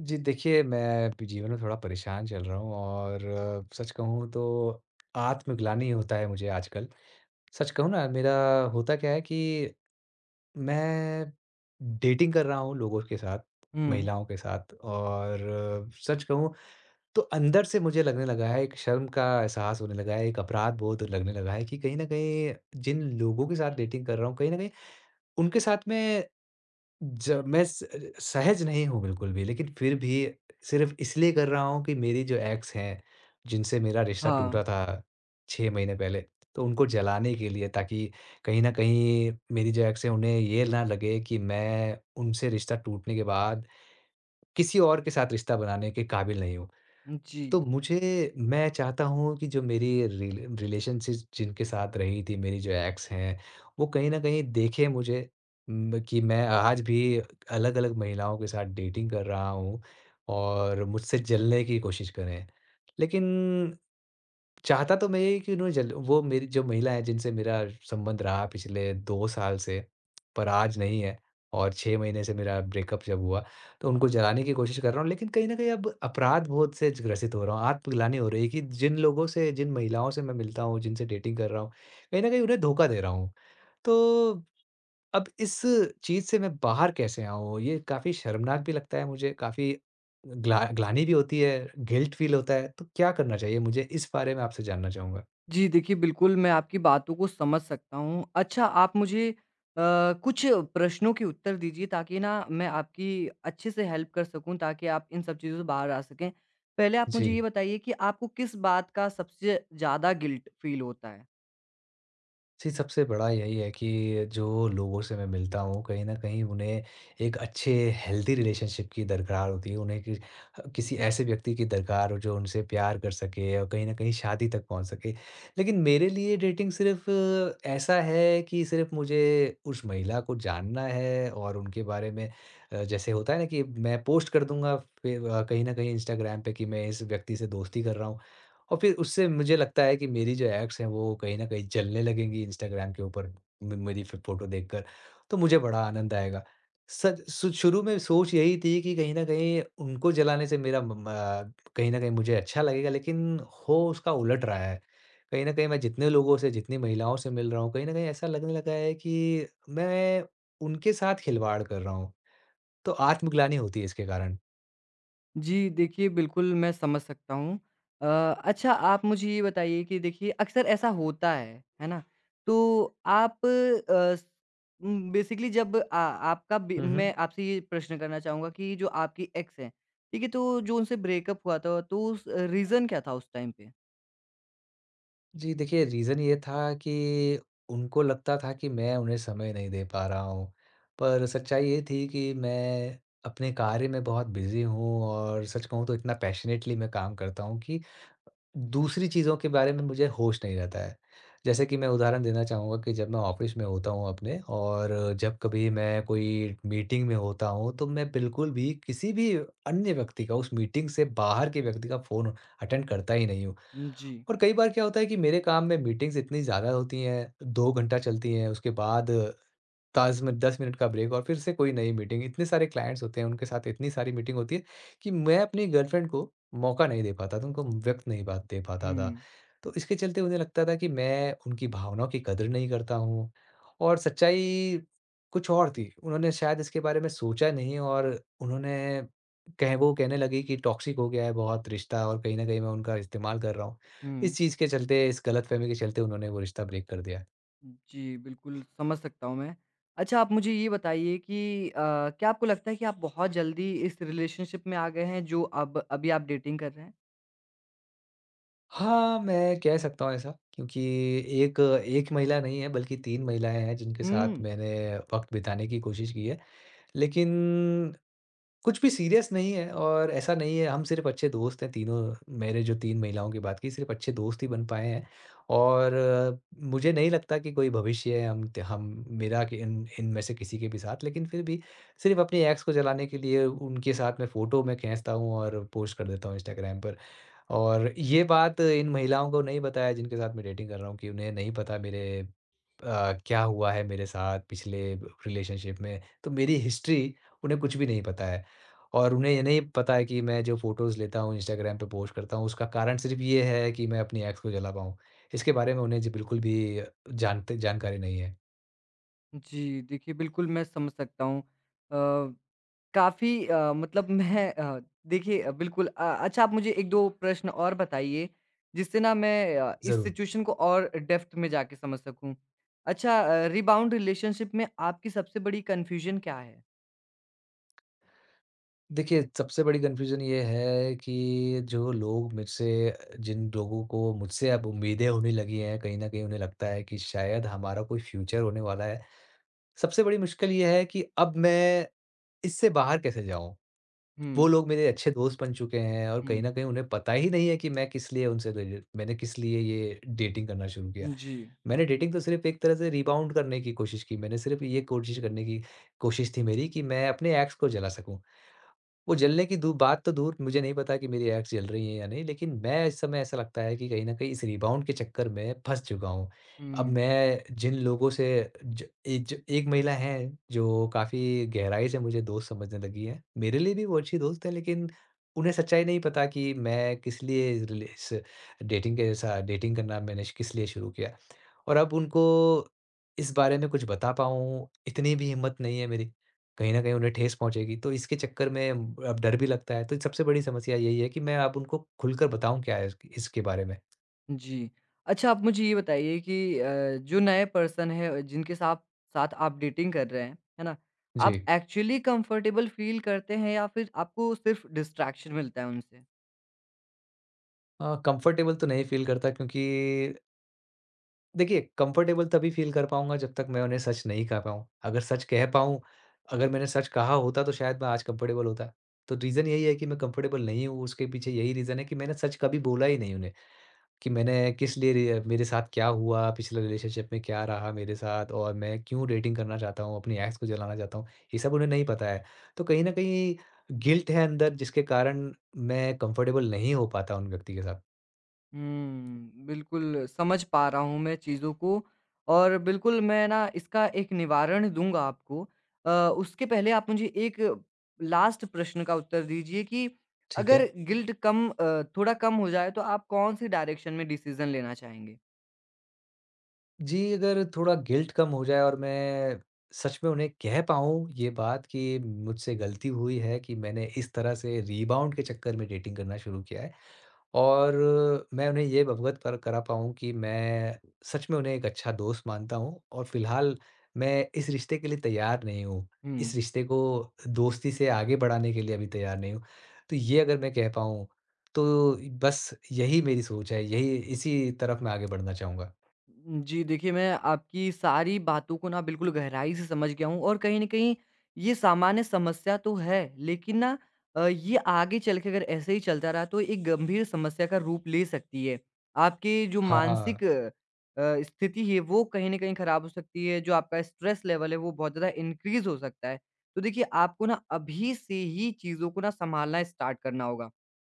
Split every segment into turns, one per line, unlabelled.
जी, देखिए मैं भी जीवन में थोड़ा परेशान चल रहा हूँ और सच कहूँ तो आत्मग्लानि होता है मुझे आजकल। सच कहूँ ना, मेरा होता क्या है कि मैं डेटिंग कर रहा हूँ लोगों के साथ,
हुँ,
महिलाओं के साथ। और सच कहूँ तो अंदर से मुझे लगने लगा है, एक शर्म का एहसास होने लगा है, एक अपराध बोध लगने लगा है कि कहीं न कहीं जिन लोगों के साथ डेटिंग कर रहा हूँ, कहीं न कहीं उनके साथ मैं, जब मैं स सहज नहीं हूँ बिल्कुल भी, लेकिन फिर भी सिर्फ़ इसलिए कर रहा हूँ कि मेरी जो एक्स हैं, जिनसे मेरा रिश्ता
हाँ,
टूटा था 6 महीने पहले, तो उनको जलाने के लिए, ताकि कहीं न कहीं मेरी जो एक्स हैं, उन्हें ये ना लगे कि मैं उनसे रिश्ता टूटने के बाद किसी और के साथ रिश्ता बनाने के काबिल नहीं हूँ।
जी।
तो मुझे मैं चाहता हूँ कि जो मेरी रिलेशनशिप जिनके साथ रही थी, मेरी जो एक्स हैं, वो कहीं न कहीं देखें मुझे, कि मैं आज भी अलग-अलग महिलाओं के साथ डेटिंग कर रहा हूँ, और मुझसे जलने की कोशिश करें। लेकिन चाहता तो मैं ये कि उन्होंने जल वो मेरी जो महिला है, जिनसे मेरा संबंध रहा पिछले 2 साल से, पर आज नहीं है, और 6 महीने से मेरा ब्रेकअप जब हुआ, तो उनको जलाने की कोशिश कर रहा हूँ। लेकिन कहीं न कहीं अब अपराध-बोध से ग्रसित हो रहा हूँ, आत्मग्लानि हो रही है कि जिन लोगों से, जिन महिलाओं से मैं मिलता हूँ, जिनसे डेटिंग कर रहा हूँ, कहीं न कहीं उन्हें धोखा दे रहा हूँ। तो अब इस चीज़ से मैं बाहर कैसे आऊँ? ये काफ़ी शर्मनाक भी लगता है मुझे, काफ़ी ग्लानि भी होती है, गिल्ट फ़ील होता है, तो क्या करना चाहिए मुझे? इस बारे में आपसे जानना चाहूँगा।
जी, देखिए बिल्कुल मैं आपकी बातों को समझ सकता हूँ। अच्छा आप मुझे कुछ प्रश्नों के उत्तर दीजिए ताकि ना मैं आपकी अच्छे से हेल्प कर सकूँ ताकि आप इन सब चीज़ों से बाहर आ सकें। पहले आप मुझे ये
जी।
बताइए कि आपको किस बात का सबसे ज़्यादा गिल्ट फ़ील होता है?
जी, सबसे बड़ा यही है कि जो लोगों से मैं मिलता हूँ, कहीं न कहीं उन्हें एक अच्छे हेल्दी रिलेशनशिप की दरकार होती है। उन्हें कि किसी ऐसे व्यक्ति की दरकार हो जो उनसे प्यार कर सके और कहीं न कहीं शादी तक पहुँच सके। लेकिन मेरे लिए डेटिंग सिर्फ़ ऐसा है कि सिर्फ़ मुझे उस महिला को जानना है, और उनके बारे में जैसे होता है ना, कि मैं पोस्ट कर दूँगा फ़िर कहीं न कहीं इंस्टाग्राम पे, कि मैं इस व्यक्ति से दोस्ती कर रहा हूँ। और फिर उससे मुझे लगता है कि मेरी जो एड्स हैं, वो कहीं न कहीं जलने लगेंगी इंस्टाग्राम के ऊपर म मेरी फ़ि फ़ोटो देखकर, तो मुझे बड़ा आनंद आएगा। सच, सु शुरू में सोच यही थी कि कहीं न कहीं उनको जलाने से मेरा म म कहीं न कहीं मुझे अच्छा लगेगा, लेकिन हो उसका उलट रहा है। कहीं न कहीं मैं जितने लोगों से, जितनी महिलाओं से मिल रहा हूँ, कहीं न कहीं ऐसा लगने लगा है कि मैं उनके साथ खिलवाड़ कर रहा हूँ। तो आत्मग्लानि होती है इसके कारण।
जी, देखिए बिल्कुल मैं समझ सकता हूँ। अ, अच्छा आप मुझे ये बताइए कि देखिए अक्सर ऐसा होता है ना? तो आप अ, स उम, बेसिकली जब आ आपका बे
हुँ, हुँ।
मैं आपसे ये प्रश्न करना चाहूँगा कि जो आपकी एक्स हैं, ठीक है? तो जो उनसे ब्रेकअप हुआ था तो उस रीज़न क्या था उस टाइम पे?
जी, देखिए रीज़न ये था कि उनको लगता था कि मैं उन्हें समय नहीं दे पा रहा हूँ। पर सच्चाई ये थी कि मैं अपने कार्य में बहुत बिज़ी हूँ, और सच कहूँ तो इतना पैशनेटली मैं काम करता हूँ कि दूसरी चीज़ों के बारे में मुझे होश नहीं रहता है। जैसे कि मैं उदाहरण देना चाहूँगा कि जब मैं ऑफ़िस में होता हूँ अपने, और जब कभी मैं कोई मीटिंग में होता हूँ, तो मैं बिल्कुल भी किसी भी अन्य व्यक्ति का, उस मीटिंग से बाहर के व्यक्ति का, फ़ोन अटेंड करता ही नहीं हूँ।
हुँ, जी।
और कई बार क्या होता है कि मेरे काम में मीटिंग्स इतनी ज़्यादा होती हैं, 2 घंटा चलती हैं, उसके बाद ताज़ में 10 मिनट का ब्रेक, और फिर से कोई नई मीटिंग। इतने सारे क्लाइंट्स होते हैं, उनके साथ इतनी सारी मीटिंग होती है कि मैं अपनी गर्लफ्रेंड को मौका नहीं दे पाता था, उनको वक़्त नहीं बात दे पाता था।
हुँ,
तो इसके चलते मुझे लगता था कि मैं उनकी भावनाओं की कदर नहीं करता हूँ, और सच्चाई कुछ और थी। उन्होंने शायद इसके बारे में सोचा नहीं, और उन्होंने कह वो कहने लगी कि टॉक्सिक हो गया है बहुत रिश्ता, और कहीं न कहीं मैं उनका इस्तेमाल कर रहा हूँ।
हुँ।
इस चीज़ के चलते, इस गलतफ़हमी के चलते उन्होंने वो रिश्ता ब्रेक कर दिया।
जी, बिल्कुल समझ सकता हूँ मैं। अच्छा आप मुझे ये बताइए कि क्या आपको लगता है कि आप बहुत जल्दी इस रिलेशनशिप में आ गए हैं जो अब अभी आप डेटिंग कर रहे हैं?
हाँ, मैं कह सकता हूँ ऐसा क्योंकि एक एक महिला नहीं है, बल्कि 3 महिलाएँ हैं जिनके साथ
हुँ।
मैंने वक़्त बिताने की कोशिश की है। लेकिन कुछ भी सीरियस नहीं है, और ऐसा नहीं है, हम सिर्फ़ अच्छे दोस्त हैं। तीनों, मेरे जो 3 महिलाओं की बात की, सिर्फ़ अच्छे दोस्त ही बन पाए हैं। और मुझे नहीं लगता कि कोई भविष्य है, हम त हम मेरा कि इन इनमें से किसी के भी साथ। लेकिन फिर भी सिर्फ़ अपनी एक्स को जलाने के लिए उनके साथ मैं फ़ोटो मैं खींचता हूँ, और पोस्ट कर देता हूँ इंस्टाग्राम पर। और ये बात इन महिलाओं को नहीं बताया जिनके साथ मैं डेटिंग कर रहा हूँ, कि उन्हें नहीं पता मेरे क्या हुआ है मेरे साथ पिछले रिलेशनशिप में। तो मेरी हिस्ट्री उन्हें कुछ भी नहीं पता है। और उन्हें ये नहीं पता है कि मैं जो फ़ोटोज़ लेता हूँ, इंस्टाग्राम पे पोस्ट करता हूँ, उसका कारण सिर्फ़ ये है कि मैं अपनी एक्स को जला पाऊँ। इसके बारे में उन्हें जी बिल्कुल भी जानते जानकारी नहीं है।
जी, देखिए बिल्कुल मैं समझ सकता हूँ। अ, काफ़ी मतलब देखिए बिल्कुल अच्छा आप मुझे 1-2 प्रश्न और बताइए जिससे ना मैं इस
ज़रूर।
सिचुएशन को और डेप्थ में जाके समझ सकूँ। अच्छा रीबाउंड रिलेशनशिप में आपकी सबसे बड़ी कन्फ्यूज़न क्या है?
देखिए, सबसे बड़ी कन्फ्यूज़न ये है कि जो लोग मुझसे जिन लोगों को मुझसे अब उम्मीदें होने लगी हैं, कहीं न कहीं उन्हें लगता है कि शायद हमारा कोई फ्यूचर होने वाला है। सबसे बड़ी मुश्किल ये है कि अब मैं इससे बाहर कैसे जाऊँ?
हुँ,
वो लोग मेरे अच्छे दोस्त बन चुके हैं, और कहीं
हुँ।
न कहीं उन्हें पता ही नहीं है कि मैं किस लिए उनसे रिले मैंने किस लिए ये डेटिंग करना शुरू किया।
जी,
मैंने डेटिंग तो सिर्फ़ एक तरह से रिबाउंड करने की कोशिश की। मैंने सिर्फ़ ये कोशिश करने की कोशिश थी मेरी कि मैं अपने एक्स को जला सकूँ। वो जलने की दू बात तो दूर, मुझे नहीं पता कि मेरी एक्स जल रही हैं या नहीं, लेकिन मैं इस समय ऐसा लगता है कि कहीं न कहीं इस रिबाउंड के चक्कर में फँस चुका हूँ। अब
हुँ।
मैं जिन लोगों से ज ए ज एक महिला हैं, जो काफ़ी गहराई से मुझे दोस्त समझने लगी हैं। मेरे लिए भी वो अच्छी दोस्त हैं, लेकिन उन्हें सच्चाई नहीं पता कि मैं किस लिए इस रिले इस डेटिंग के सा डेटिंग करना किस लिए शुरू किया। और अब उनको इस बारे में कुछ बता पाऊँ, इतनी भी हिम्मत नहीं है मेरी। कहीं न कहीं उन्हें ठेस पहुँचेगी, तो इसके चक्कर में अब डर भी लगता है। तो सबसे बड़ी समस्या यही है कि मैं अब उनको खुलकर बताऊँ क्या है इसके बारे में।
जी। अच्छा आप मुझे ये बताइए कि जो नए पर्सन है जिनके साथ साथ आप डेटिंग कर रहे हैं, है ना?
जी।
आप एक्चुअली कंफर्टेबल फ़ील करते हैं या फिर आपको सिर्फ़ डिस्ट्रैक्शन मिलता है उनसे?
कंफ़र्टेबल तो नहीं फ़ील करता, क्योंकि देखिए कंफ़र्टेबल तभी फ़ील कर पाऊँगा जब तक मैं उन्हें सच नहीं कह पाऊँ। अगर सच कह पाऊँ, अगर मैंने सच कहा होता तो शायद मैं आज कंफ़र्टेबल होता। तो रीज़न यही है कि मैं कंफ़र्टेबल नहीं हूँ, उसके पीछे यही रीज़न है कि मैंने सच कभी बोला ही नहीं उन्हें। कि मैंने किस लिए रि मेरे साथ क्या हुआ, पिछले रिलेशनशिप में क्या रहा मेरे साथ, और मैं क्यों डेटिंग करना चाहता हूँ, अपनी एक्स को जलाना चाहता हूँ, ये सब उन्हें नहीं पता है। तो कहीं न कहीं गिल्ट है अंदर, जिसके कारण मैं कंफर्टेबल नहीं हो पाता उन व्यक्ति के साथ,
हुँ, बिल्कुल समझ पा रहा हूँ मैं चीज़ों को और बिल्कुल मैं ना इसका एक निवारण दूँगा आपको। अ, उसके पहले आप मुझे एक लास्ट प्रश्न का उत्तर दीजिए कि
ठीक
अगर
है।
थोड़ा कम हो जाए तो आप कौन-सी डायरेक्शन में डिसीज़न लेना चाहेंगे?
जी, अगर थोड़ा गिल्ट कम हो जाए और मैं सच में उन्हें कह पाऊँ ये बात कि मुझसे गलती हुई है, कि मैंने इस तरह से रिबाउंड के चक्कर में डेटिंग करना शुरू किया है। और मैं उन्हें ये अवगत कर करा पाऊँ कि मैं सच में उन्हें एक अच्छा दोस्त मानता हूँ, और फ़िलहाल मैं इस रिश्ते के लिए तैयार नहीं हूँ। इस
हुँ।
रिश्ते को दोस्ती से आगे बढ़ाने के लिए अभी तैयार नहीं हूँ। तो ये अगर मैं कह पाऊँ, तो बस यही मेरी सोच है, यही, इसी तरफ मैं आगे बढ़ना चाहूँगा।
जी, देखिए मैं आपकी सारी बातों को ना बिल्कुल गहराई से समझ गया हूँ और कहीं न कहीं ये सामान्य समस्या तो है, लेकिन ये आगे चल के अगर ऐसे ही चलता रहा तो एक गंभीर समस्या का रूप ले सकती है। आपके जो
हाँ,
मानसिक स्थिति है वो कहीं न कहीं ख़राब हो सकती है, जो आपका स्ट्रेस लेवल है वो बहुत ज़्यादा इंक्रीज़ हो सकता है। तो देखिए आपको ना अभी से ही चीज़ों को ना सँभालना स्टार्ट करना होगा।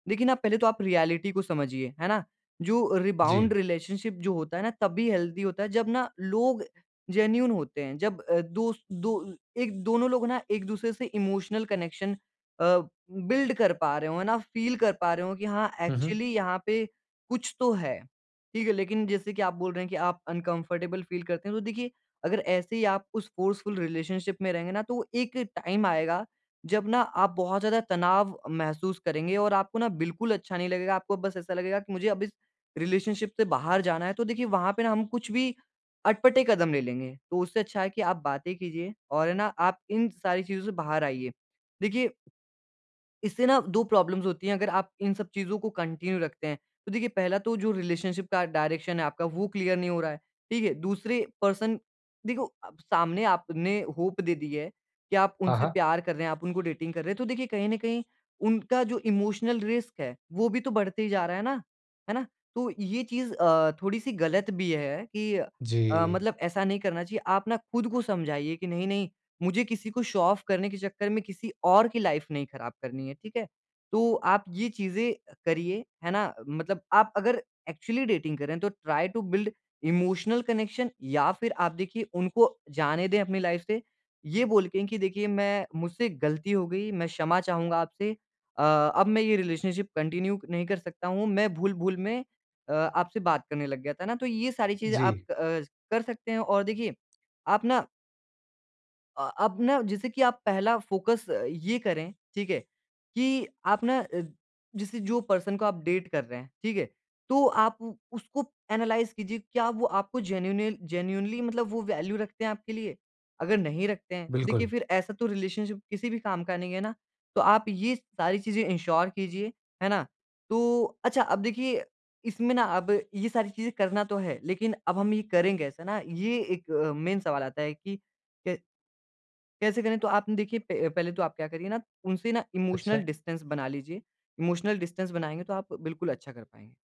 देखिए ना, पहले तो आप रियलिटी को समझिए, है ना? जो
जी।
रिबाउंड रिलेशनशिप जो होता है ना, तभी हेल्दी होता है जब ना लोग जेन्युइन होते हैं। जब अ, दोस्त दो एक दोनों लोग ना एक-दूसरे से इमोशनल कनेक्शन अ, बिल्ड कर पा रहे हों, है ना? फ़ील कर पा रहे हों कि हाँ,
हुँ, हुँ।
एक्चुअली यहाँ पे कुछ तो है। ठीक है, लेकिन जैसे कि आप बोल रहे हैं कि आप अनकम्फ़र्टेबल फ़ील करते हैं, तो देखिए अगर ऐसे ही आप उस फ़ोर्सफुल रिलेशनशिप में रहेंगे ना, तो एक टाइम आएगा जब ना आप बहुत ज़्यादा तनाव महसूस करेंगे और आपको ना बिल्कुल अच्छा नहीं लगेगा, आपको बस ऐसा लगेगा कि मुझे अब इस रिलेशनशिप से बाहर जाना है, तो देखिए वहाँ पे ना हम कुछ भी अटपटे कदम ले लेंगे। तो उससे अच्छा है कि आप बातें कीजिए और है ना आप इन सारी चीज़ों से बाहर आइए। देखिए इससे ना 2 प्रॉब्लम्स होती हैं अगर आप इन सब चीज़ों को कंटिन्यू रखते हैं। तो देखिए पहला तो जो रिलेशनशिप का डायरेक्शन है आपका वो क्लियर नहीं हो रहा है, ठीक है? दूसरे पर्सन देखो अब सामने आपने होप दे दी है कि आप
हाँ,
उनसे
हाँ।
प्यार कर रहे हैं, आप उनको डेटिंग कर रहे हैं, तो देखिए कहीं न कहीं उनका जो इमोशनल रिस्क है वो भी तो बढ़ते ही जा रहा है ना, है ना? तो ये चीज़ थोड़ी-सी गलत भी है कि
जी।
मतलब ऐसा नहीं करना चाहिए। आप ना खुद को समझाइए कि नहीं-नहीं मुझे किसी को शो ऑफ करने के चक्कर में किसी और की लाइफ नहीं खराब करनी है, ठीक है? तो आप ये चीज़ें करिए, है ना? मतलब आप अगर एक्चुअली डेटिंग कर रहे हैं तो try to build emotional connection या फिर आप देखिए उनको जाने दें अपनी लाइफ से। ये बोल के कि देखिए मैं मुझसे गलती हो गई, मैं क्षमा चाहूँगा आपसे। अब मैं ये रिलेशनशिप कंटिन्यू नहीं कर सकता हूँ, मैं भूल-भूल में आपसे बात करने लग गया था ना। तो ये सारी चीज़ें आप
जी,
अ, कर सकते हैं और देखिए आप ना अब ना जैसे कि आप पहला फ़ोकस ये करें, ठीक है? कि जैसे जो पर्सन को आप डेट कर रहे हैं, ठीक है? तो आप उसको एनालाइज़ कीजिए, क्या वो आपको जेन्युइनली मतलब वो वैल्यू रखते हैं आपके लिए? अगर नहीं रखते हैं, तो देखिए
बिल्कुल।
फिर ऐसा तो रिलेशनशिप किसी भी काम का नहीं है ना। तो आप ये सारी चीज़ें इंश्योर कीजिए, है ना? तो अच्छा अब देखिए इसमें ना अब ये सारी चीज़ें करना तो है, लेकिन अब हम ये करें कैसे ना? ये एक मेन सवाल आता है कि कैसे करें? तो आपने देखिए प पहले तो आप क्या करिए ना, उनसे ना इमोशनल
अच्छा।
डिस्टेंस बना लीजिए। इमोशनल डिस्टेंस बनाएँगे तो आप बिल्कुल अच्छा कर पाएँगे।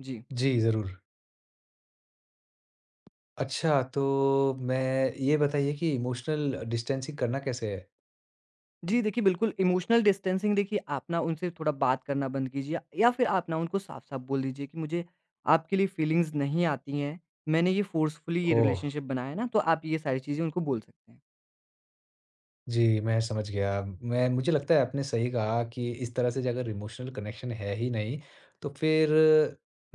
जी।
जी, ज़रूर। अच्छा, तो मैं ये बताइए कि इमोशनल डिस्टेंसिंग करना कैसे है?
जी, देखिए बिल्कुल इमोशनल डिस्टेंसिंग देखिए आप ना उनसे थोड़ा बात करना बंद कीजिए या फिर आप ना उनको साफ-साफ बोल दीजिए कि मुझे आपके लिए फीलिंग्स नहीं आती हैं। मैंने ये फोर्सफुली ये
ओह!
रिलेशनशिप बनाया है ना, तो आप ये सारी चीज़ें उनको बोल सकते हैं।
जी, मैं समझ गया। मैं मुझे लगता है आपने सही कहा कि इस तरह से अगर इमोशनल कनेक्शन है ही नहीं, तो फिर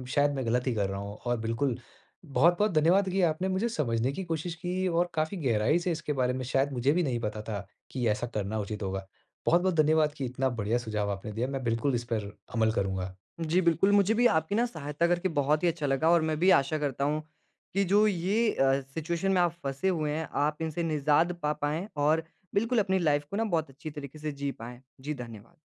शायद मैं गलत ही कर रहा हूँ। और बिल्कुल, बहुत-बहुत धन्यवाद कि आपने मुझे समझने की कोशिश की, और काफ़ी गहराई से इसके बारे में शायद मुझे भी नहीं पता था कि ऐसा करना उचित होगा। बहुत-बहुत धन्यवाद कि इतना बढ़िया सुझाव आपने दिया। मैं बिल्कुल इस पर अमल करूँगा।
जी, बिल्कुल, मुझे भी आपकी ना सहायता करके बहुत ही अच्छा लगा और मैं भी आशा करता हूँ कि जो ये सिचुएशन में आप फँसे हुए हैं, आप इनसे निज़ाद पा पाएँ और बिल्कुल अपनी लाइफ़ को ना बहुत अच्छी तरीके से जी पाएँ। जी, धन्यवाद।